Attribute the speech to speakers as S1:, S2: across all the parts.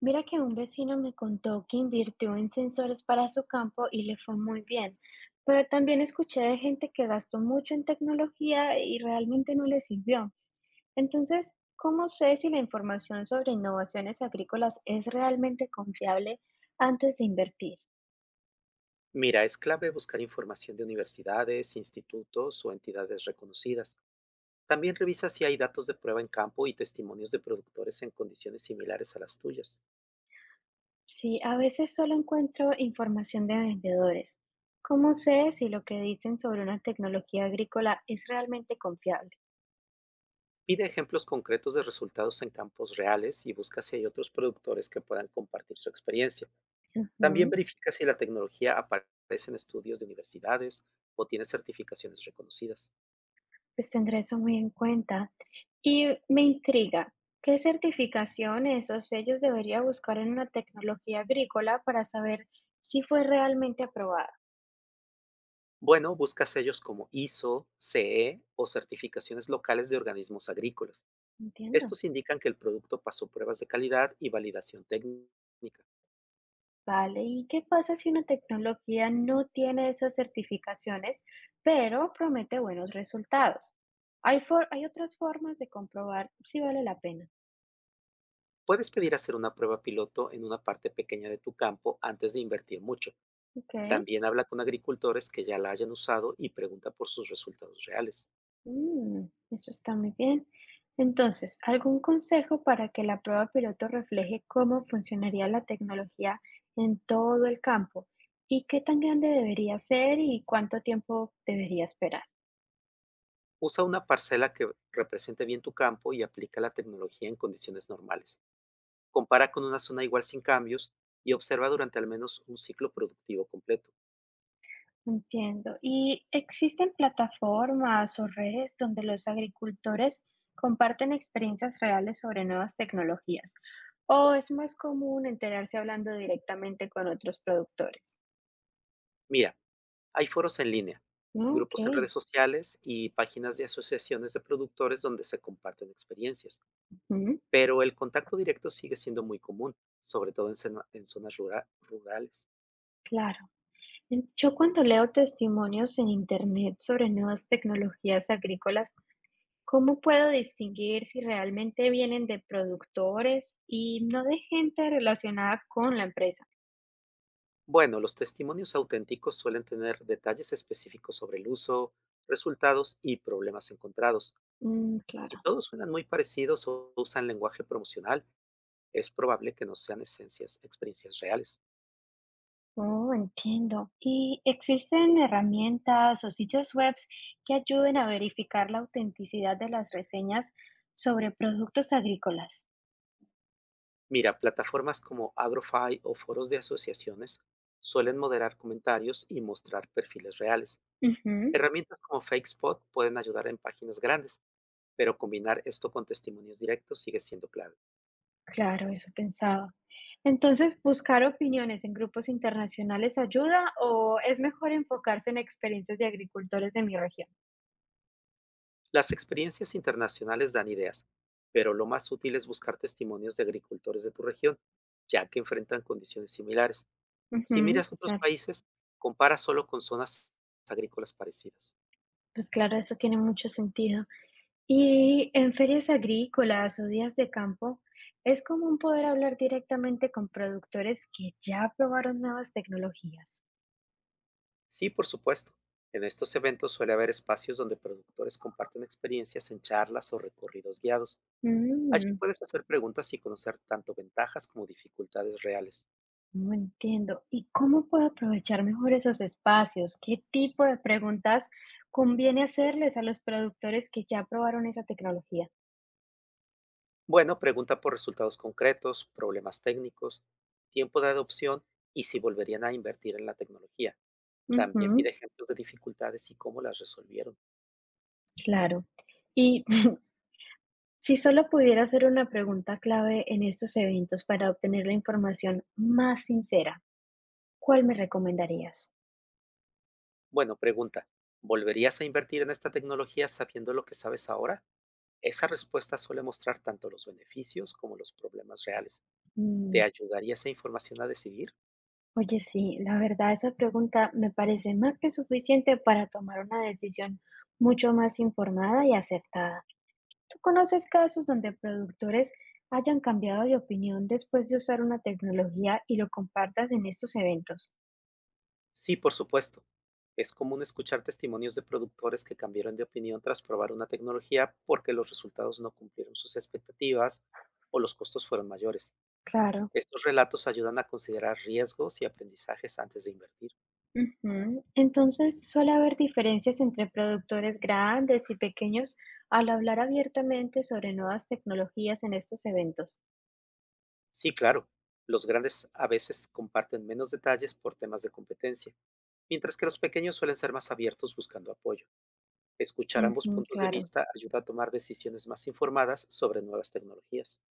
S1: Mira que un vecino me contó que invirtió en sensores para su campo y le fue muy bien, pero también escuché de gente que gastó mucho en tecnología y realmente no le sirvió. Entonces, ¿cómo sé si la información sobre innovaciones agrícolas es realmente confiable antes de invertir?
S2: Mira, es clave buscar información de universidades, institutos o entidades reconocidas. También revisa si hay datos de prueba en campo y testimonios de productores en condiciones similares a las tuyas.
S1: Sí, a veces solo encuentro información de vendedores. ¿Cómo sé si lo que dicen sobre una tecnología agrícola es realmente confiable?
S2: Pide ejemplos concretos de resultados en campos reales y busca si hay otros productores que puedan compartir su experiencia. También
S1: Ujú.
S2: verifica si la tecnología aparece en estudios de universidades o tiene certificaciones reconocidas.
S1: Pues tendré eso muy en cuenta. Y me intriga, ¿qué certificaciones o sellos debería buscar en una tecnología agrícola para saber si fue realmente aprobada?
S2: Bueno, busca sellos como ISO, CE o certificaciones locales de organismos agrícolas.
S1: Entiendo.
S2: Estos indican que el producto pasó pruebas de calidad y validación técnica.
S1: Vale, ¿y qué pasa si una tecnología no tiene esas certificaciones, pero promete buenos resultados? Hay otras formas de comprobar si vale la pena.
S2: Puedes pedir hacer una prueba piloto en una parte pequeña de tu campo antes de invertir mucho.
S1: Ok.
S2: También habla con agricultores que ya la hayan usado y pregunta por sus resultados reales.
S1: Mm, eso está muy bien. Entonces, ¿algún consejo para que la prueba piloto refleje cómo funcionaría la tecnología en todo el campo? ¿Y qué tan grande debería ser y cuánto tiempo debería esperar?
S2: Usa una parcela que represente bien tu campo y aplica la tecnología en condiciones normales. Compara con una zona igual sin cambios y observa durante al menos un ciclo productivo completo.
S1: Entiendo. ¿Y existen plataformas o redes donde los agricultores comparten experiencias reales sobre nuevas tecnologías? ¿O es más común enterarse hablando directamente con otros productores?
S2: Mira, hay foros en línea,
S1: Mm. Ok.
S2: grupos en redes sociales y páginas de asociaciones de productores donde se comparten experiencias,
S1: Ujú.
S2: pero el contacto directo sigue siendo muy común, sobre todo en zonas rurales.
S1: Claro. Yo, cuando leo testimonios en internet sobre nuevas tecnologías agrícolas, ¿cómo puedo distinguir si realmente vienen de productores y no de gente relacionada con la empresa?
S2: Bueno, los testimonios auténticos suelen tener detalles específicos sobre el uso, resultados y problemas encontrados.
S1: Mm,
S2: Si
S1: claro.
S2: todos suenan muy parecidos o usan lenguaje promocional, es probable que no sean esencias, experiencias reales.
S1: Oh, entiendo. ¿Y existen herramientas o sitios web que ayuden a verificar la autenticidad de las reseñas sobre productos agrícolas?
S2: Mira, plataformas como AgroFi o foros de asociaciones suelen moderar comentarios y mostrar perfiles reales.
S1: Ujú.
S2: Herramientas como FakeSpot pueden ayudar en páginas grandes, pero combinar esto con testimonios directos sigue siendo clave.
S1: Claro, eso pensaba. Entonces, ¿buscar opiniones en grupos internacionales ayuda o es mejor enfocarse en experiencias de agricultores de mi región?
S2: Las experiencias internacionales dan ideas, pero lo más útil es buscar testimonios de agricultores de tu región, ya que enfrentan condiciones similares. Si
S1: Ujú,
S2: miras otros
S1: claro.
S2: países, compara solo con zonas agrícolas parecidas.
S1: Pues claro, eso tiene mucho sentido. Y en ferias agrícolas o días de campo, es común poder hablar directamente con productores que ya probaron nuevas tecnologías.
S2: Sí, por supuesto. En estos eventos suele haber espacios donde productores comparten experiencias en charlas o recorridos guiados. Allí
S1: Mm.
S2: puedes hacer preguntas y conocer tanto ventajas como dificultades reales.
S1: No entiendo. ¿Y cómo puedo aprovechar mejor esos espacios? ¿Qué tipo de preguntas conviene hacerles a los productores que ya probaron esa tecnología?
S2: Bueno, pregunta por resultados concretos, problemas técnicos, tiempo de adopción y si volverían a invertir en la tecnología. También pide
S1: Ujú,
S2: ejemplos de dificultades y cómo las resolvieron.
S1: claro. Y si solo pudiera hacer una pregunta clave en estos eventos para obtener la información más sincera, ¿cuál me recomendarías?
S2: Bueno, pregunta, ¿volverías a invertir en esta tecnología sabiendo lo que sabes ahora? Esa respuesta suele mostrar tanto los beneficios como los problemas reales. ¿Te
S1: Mm.
S2: ayudaría esa información a decidir?
S1: Oye, sí, la verdad esa pregunta me parece más que suficiente para tomar una decisión mucho más informada y acertada. ¿Tú conoces casos donde productores hayan cambiado de opinión después de usar una tecnología y lo compartas en estos eventos?
S2: Sí, por supuesto. Es común escuchar testimonios de productores que cambiaron de opinión tras probar una tecnología porque los resultados no cumplieron sus expectativas o los costos fueron mayores.
S1: Claro.
S2: Estos relatos ayudan a considerar riesgos y aprendizajes antes de invertir.
S1: Ujú. Entonces, suele haber diferencias entre productores grandes y pequeños al hablar abiertamente sobre nuevas tecnologías en estos eventos.
S2: Sí, claro, los grandes a veces comparten menos detalles por temas de competencia, mientras que los pequeños suelen ser más abiertos buscando apoyo. Escuchar ambos
S1: Ujú,
S2: puntos de
S1: claro.
S2: vista ayuda a tomar decisiones más informadas sobre nuevas tecnologías.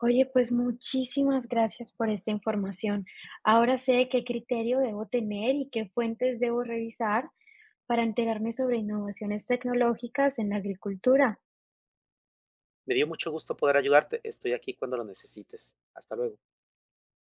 S1: Oye, pues muchísimas gracias por esta información. Ahora sé qué criterio debo tener y qué fuentes debo revisar para enterarme sobre innovaciones tecnológicas en la agricultura.
S2: Me dio mucho gusto poder ayudarte. Estoy aquí cuando lo necesites. Hasta luego.